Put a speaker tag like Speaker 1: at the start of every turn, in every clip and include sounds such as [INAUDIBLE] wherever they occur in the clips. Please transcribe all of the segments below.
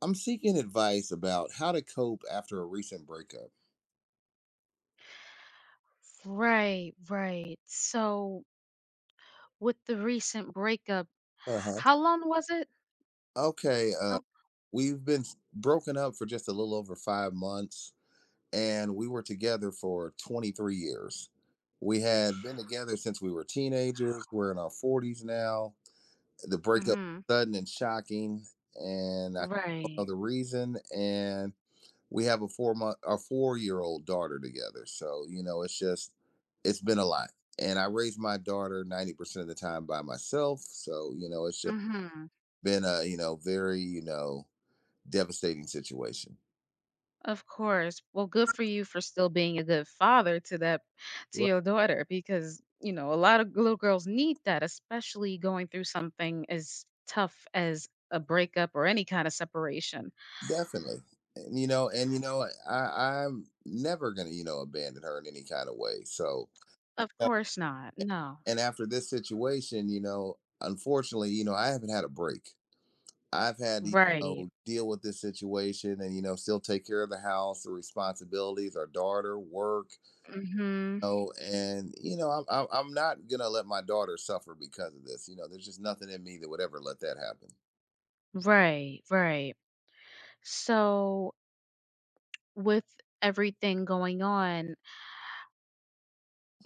Speaker 1: I'm seeking advice about how to cope after a recent breakup.
Speaker 2: Right, right. So, with the recent breakup,
Speaker 1: Uh huh.
Speaker 2: how long was it?
Speaker 1: Okay,
Speaker 2: Oh,
Speaker 1: we've been broken up for just a little over 5 months, and we were together for 23 years. We had been together since we were teenagers. We're in our 40s now. The breakup
Speaker 2: mhm.
Speaker 1: was sudden and shocking, and I don't
Speaker 2: Right.
Speaker 1: know the reason. And we have a four-month our 4 year old daughter together, so it's just it's been a lot. And I raised my daughter 90% of the time by myself, so it's just
Speaker 2: Mhm.
Speaker 1: been a very devastating situation.
Speaker 2: Of course. Well, good for you for still being a good father to that to
Speaker 1: Right,
Speaker 2: your daughter because, you know, a lot of little girls need that, especially going through something as tough as a breakup or any kind of separation.
Speaker 1: definitely. And I'm never gonna abandon her in any kind of way, so.
Speaker 2: Of
Speaker 1: Yeah.
Speaker 2: course not. No.
Speaker 1: And after this situation, unfortunately, I haven't had a break. I've had to
Speaker 2: Right.
Speaker 1: deal with this situation and still take care of the house, the responsibilities, our daughter, work.
Speaker 2: Mhm.
Speaker 1: You know, and you know I'm not gonna let my daughter suffer because of this. There's just nothing in me that would ever let that happen.
Speaker 2: Right, right. So, with everything going on,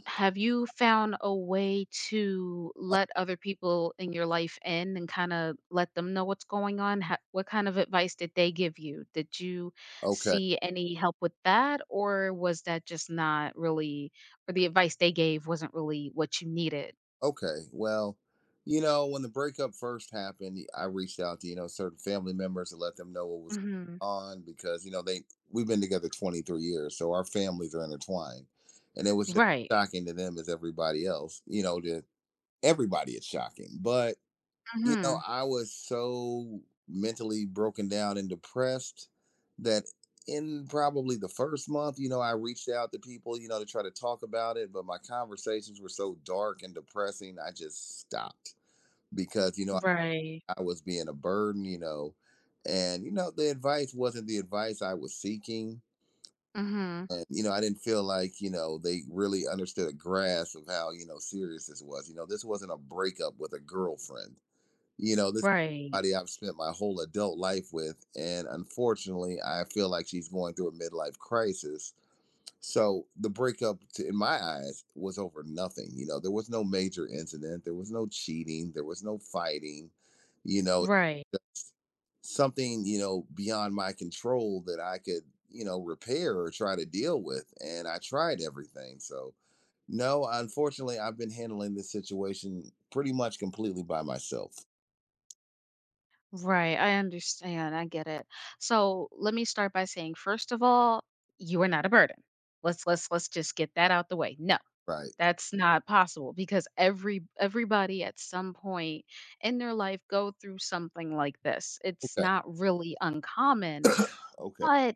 Speaker 2: have you found a way to let other people in your life in and kind of let them know what's going on? What kind of advice did they give you? Did you
Speaker 1: Okay,
Speaker 2: see any help with that, or was that just not really, or the advice they gave wasn't really what you needed?
Speaker 1: okay. Well, when the breakup first happened, I reached out to certain family members to let them know what was
Speaker 2: Hmm.
Speaker 1: on, because you know they we've been together 23 years, so our families are intertwined, and it was just
Speaker 2: Right.
Speaker 1: shocking to them as everybody else. You know, to everybody it's shocking. But
Speaker 2: Hmm.
Speaker 1: I was so mentally broken down and depressed that in probably the first month, I reached out to people to try to talk about it, but my conversations were so dark and depressing I just stopped, because
Speaker 2: Right.
Speaker 1: I was being a burden. You know and you know The advice wasn't the advice I was seeking.
Speaker 2: Hmm.
Speaker 1: And I didn't feel like they really understood a grasp of how serious this was. This wasn't a breakup with a girlfriend. This
Speaker 2: Right.
Speaker 1: body I've spent my whole adult life with. And unfortunately, I feel like she's going through a midlife crisis. So the breakup, in my eyes, was over nothing. You know, there was no major incident, there was no cheating, there was no fighting, you know,
Speaker 2: Right.
Speaker 1: something, beyond my control that I could, repair or try to deal with. And I tried everything. So, no, unfortunately, I've been handling this situation pretty much completely by myself.
Speaker 2: Right, I understand. I get it. So let me start by saying, first of all, you are not a burden. Let's just get that out the way. No,
Speaker 1: Right.
Speaker 2: that's not possible because everybody at some point in their life go through something like this. It's
Speaker 1: Okay.
Speaker 2: not really uncommon,
Speaker 1: Okay.
Speaker 2: but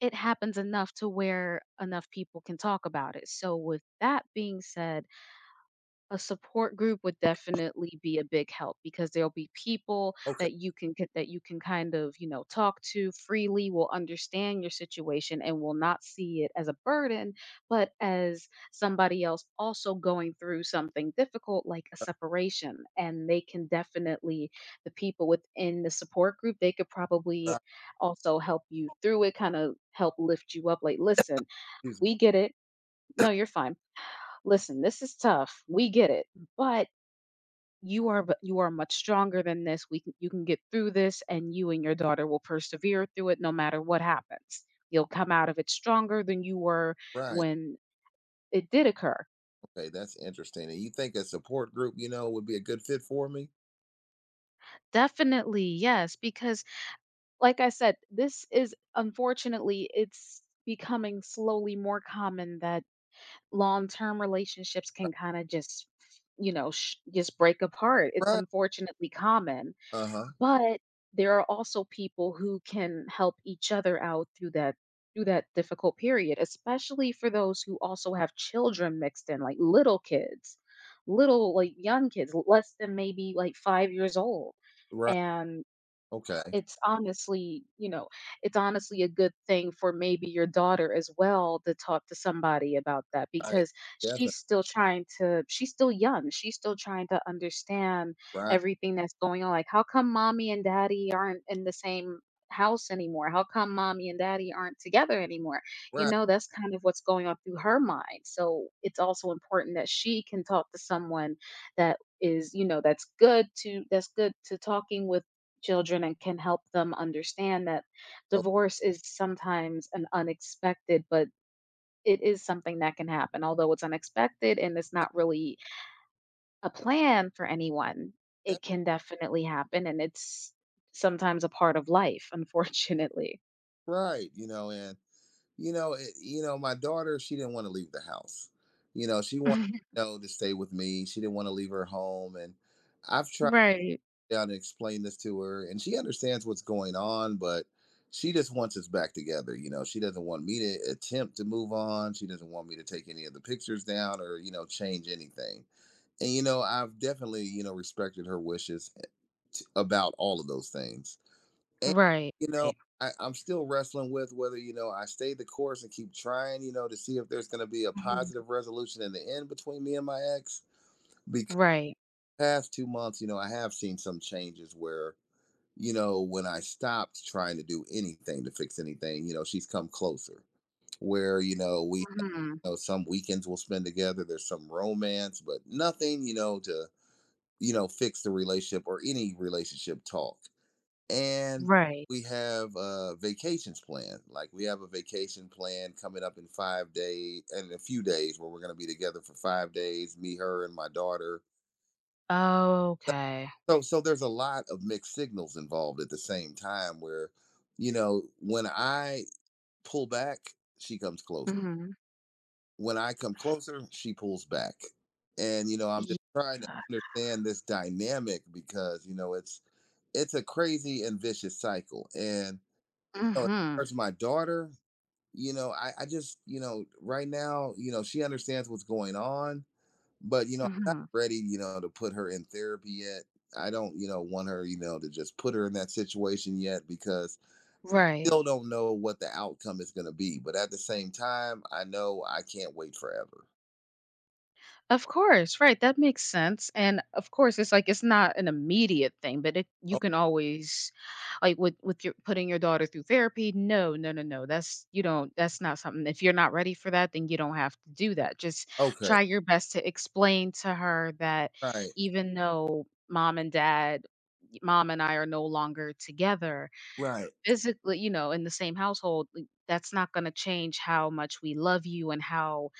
Speaker 2: it happens enough to where enough people can talk about it. So with that being said, a support group would definitely be a big help because there'll be people
Speaker 1: Okay.
Speaker 2: that that you can kind of, you know, talk to freely, will understand your situation and will not see it as a burden, but as somebody else also going through something difficult like a separation. And they can definitely the people within the support group, they could probably also help you through it, kind of help lift you up like, listen,
Speaker 1: Excuse me.
Speaker 2: we get it. No, you're fine. Listen, this is tough. We get it. But you are much stronger than this we can, you can get through this, and you and your daughter will persevere through it no matter what happens. You'll come out of it stronger than you were
Speaker 1: Right.
Speaker 2: when it did occur.
Speaker 1: Okay. That's interesting. And you think a support group, would be a good fit for me?
Speaker 2: Definitely, yes, because like I said, this is unfortunately it's becoming slowly more common that long-term relationships can kind of just just break apart. It's
Speaker 1: Right.
Speaker 2: unfortunately common.
Speaker 1: Uh huh.
Speaker 2: But there are also people who can help each other out through that difficult period, especially for those who also have children mixed in, like little kids, little like young kids, less than maybe like 5 years old.
Speaker 1: Right.
Speaker 2: And
Speaker 1: Okay.
Speaker 2: it's honestly, you know, it's honestly a good thing for maybe your daughter as well to talk to somebody about that
Speaker 1: Right.
Speaker 2: because
Speaker 1: Definitely.
Speaker 2: she's still young. She's still trying to understand
Speaker 1: Right.
Speaker 2: everything that's going on. Like, how come mommy and daddy aren't in the same house anymore? How come mommy and daddy aren't together anymore? You
Speaker 1: Right.
Speaker 2: know, that's kind of what's going on through her mind. So it's also important that she can talk to someone that is you know that's good to talking with children and can help them understand that
Speaker 1: Okay.
Speaker 2: divorce is sometimes an unexpected, but it is something that can happen. Although it's unexpected and it's not really a plan for anyone, it
Speaker 1: That's
Speaker 2: can definitely happen. And it's sometimes a part of life, unfortunately.
Speaker 1: right. You know, and you know, it, you know, My daughter, she didn't want to leave the house. She wanted
Speaker 2: [LAUGHS]
Speaker 1: to stay with me. She didn't want to leave her home, and I've tried,
Speaker 2: Right.
Speaker 1: down and explain this to her, and she understands what's going on, but she just wants us back together. She doesn't want me to attempt to move on. She doesn't want me to take any of the pictures down or change anything. And I've definitely respected her wishes, about all of those things. And
Speaker 2: Right.
Speaker 1: you know
Speaker 2: Right.
Speaker 1: I'm still wrestling with whether I stay the course and keep trying to see if there's going to be a
Speaker 2: Mhm.
Speaker 1: positive resolution in the end between me and my ex. Because
Speaker 2: Right.
Speaker 1: past 2 months, I have seen some changes where, when I stopped trying to do anything to fix anything, she's come closer. Where you know we you
Speaker 2: Mhm.
Speaker 1: know some weekends we'll spend together. There's some romance, but nothing, to fix the relationship or any relationship talk. And
Speaker 2: Right.
Speaker 1: we have vacations planned. Like, we have a vacation plan coming up in 5 days and a few days where we're going to be together for 5 days. Me, her, and my daughter.
Speaker 2: Okay.
Speaker 1: So there's a lot of mixed signals involved at the same time, where, when I pull back, she comes close.
Speaker 2: Mhm.
Speaker 1: When I come closer, she pulls back. And I'm
Speaker 2: Yeah.
Speaker 1: just trying to understand this dynamic because, it's a crazy and vicious cycle. And as
Speaker 2: Mhm.
Speaker 1: far as my daughter, I just, right now, she understands what's going on. But I'm not
Speaker 2: Mhm.
Speaker 1: ready, to put her in therapy yet. I don't, want her, to just put her in that situation yet, because
Speaker 2: Right.
Speaker 1: still don't know what the outcome is going to be. But at the same time, I know I can't wait forever.
Speaker 2: Of course, right, that makes sense, and of course, it's like it's not an immediate thing, but it you
Speaker 1: Oh,
Speaker 2: can always like, with your putting your daughter through therapy, no, no, no, no, that's you don't that's not something if you're not ready for that, then you don't have to do that, just
Speaker 1: okay.
Speaker 2: try your best to explain to her that
Speaker 1: Right.
Speaker 2: even though mom and I are no longer together,
Speaker 1: Right.
Speaker 2: physically, you know, in the same household, like, that's not gonna change how much we love you and how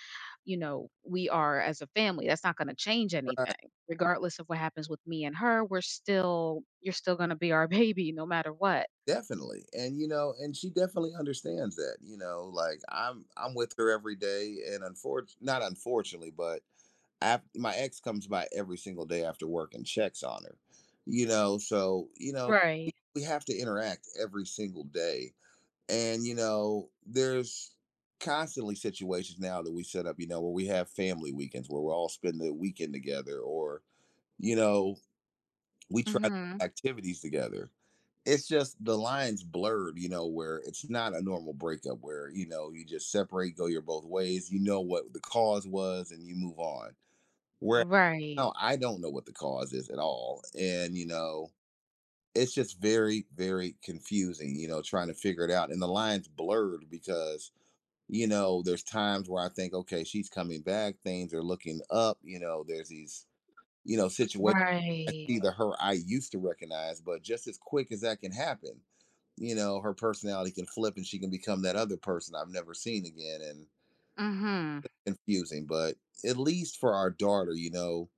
Speaker 2: you know, we are as a family. That's not gonna change
Speaker 1: Right.
Speaker 2: anything. Regardless of what happens with me and her, we're still you're still gonna be our [LAUGHS] baby no matter what.
Speaker 1: Definitely. And and she definitely understands that, like, I'm with her every day. And unfortunately, not unfortunately, but my ex comes by every single day after work and checks on her. You know, so you know
Speaker 2: Right.
Speaker 1: we have to interact every single day. And, there's constantly situations now that we set up, where we have family weekends where we're all spending the weekend together, or, you know, we try to
Speaker 2: Mhm.
Speaker 1: do activities together. It's just the lines blurred, where it's not a normal breakup where, you just separate, go your both ways, you know what the cause was, and you move on. Where
Speaker 2: Right.
Speaker 1: now I don't know what the cause is at all. And, it's just very very confusing, trying to figure it out. And the lines blurred because there's times where I think, okay, she's coming back, things are looking up. There's these situations, I
Speaker 2: Right.
Speaker 1: see the her I used to recognize. But just as quick as that can happen, her personality can flip, and she can become that other person I've never seen again. And
Speaker 2: Mhm.
Speaker 1: confusing. But at least for our daughter, you know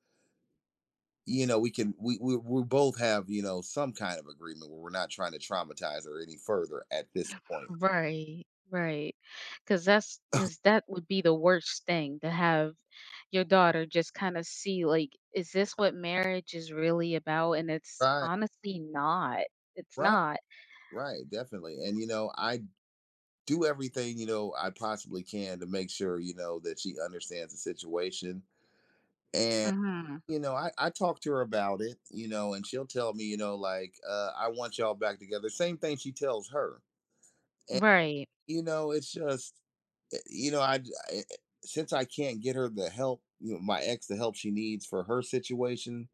Speaker 1: you know we can we both have some kind of agreement where we're not trying to traumatize her any further at this point.
Speaker 2: Right. Right. Because thats that's 'cause that would be the worst thing to have your daughter just kinda see, like, is this what marriage is really about? And it's
Speaker 1: Right,
Speaker 2: honestly not. It's
Speaker 1: right,
Speaker 2: not.
Speaker 1: right, definitely. And I do everything I possibly can to make sure that she understands the situation. And
Speaker 2: Mhm.
Speaker 1: I talk to her about it, and she'll tell me, like, I want y'all back together, same thing she tells her. And
Speaker 2: Right.
Speaker 1: it's just eh, you know, I, I eh, since I can't get her the help, my ex, the help she needs for her situation,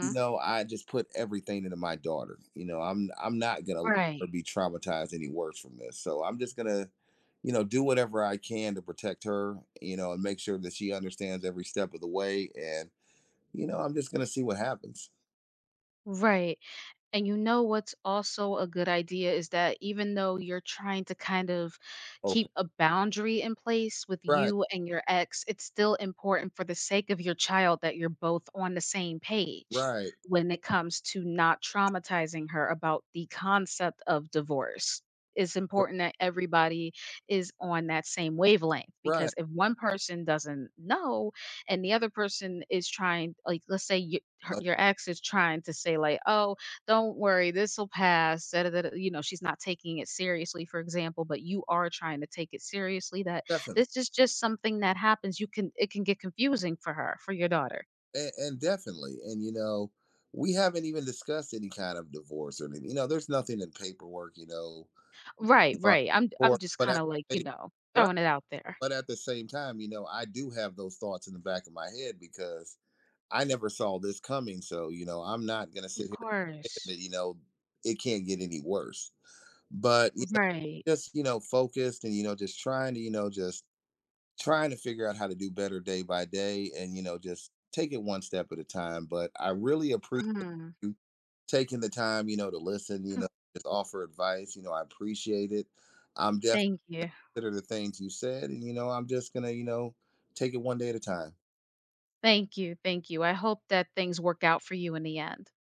Speaker 1: I just put everything into my daughter. I'm not gonna let
Speaker 2: Right.
Speaker 1: her be traumatized any worse from this. So I'm just gonna, do whatever I can to protect her, and make sure that she understands every step of the way. And, I'm just gonna see what happens.
Speaker 2: Right. And you know what's also a good idea is that even though you're trying to kind of
Speaker 1: Okay.
Speaker 2: keep a boundary in place with
Speaker 1: Right,
Speaker 2: you and your ex, it's still important for the sake of your child that you're both on the same page
Speaker 1: right,
Speaker 2: when it comes to not traumatizing her about the concept of divorce. It's
Speaker 1: r-
Speaker 2: important that everybody is on that same wavelength
Speaker 1: right.
Speaker 2: because if one person doesn't know and the other person is trying, like, let's say you her,
Speaker 1: Uh,
Speaker 2: your ex is trying to say like, "Oh, don't worry, this will pass." Da, da, da, da, you know, she's not taking it seriously, for example, but you are trying to take it seriously. That
Speaker 1: definitely.
Speaker 2: this is just something that happens. You can it can get confusing for her, for your daughter.
Speaker 1: And definitely. And we haven't even discussed any kind of divorce or anything. There's nothing in paperwork,
Speaker 2: Right,
Speaker 1: right,
Speaker 2: right. I'm
Speaker 1: or
Speaker 2: just
Speaker 1: but
Speaker 2: kind
Speaker 1: at
Speaker 2: of like
Speaker 1: the
Speaker 2: you
Speaker 1: same,
Speaker 2: know
Speaker 1: right,
Speaker 2: throwing it out there.
Speaker 1: but at the same time, I do have those thoughts in the back of my head, because I never saw this coming. So I'm not going to sit
Speaker 2: Of
Speaker 1: here and say
Speaker 2: course.
Speaker 1: that it can't get any worse. But
Speaker 2: Right.
Speaker 1: just focused, and just trying to figure out how to do better day by day. And just take it one step at a time. But I really appreciate
Speaker 2: Mhm.
Speaker 1: taking the time, to listen, just offer advice. You know, I appreciate it. I'm definitely
Speaker 2: Thank you.
Speaker 1: consider the things you said, and I'm just gonna, take it one day at a time.
Speaker 2: Thank you. Thank you. I hope that things work out for you in the end.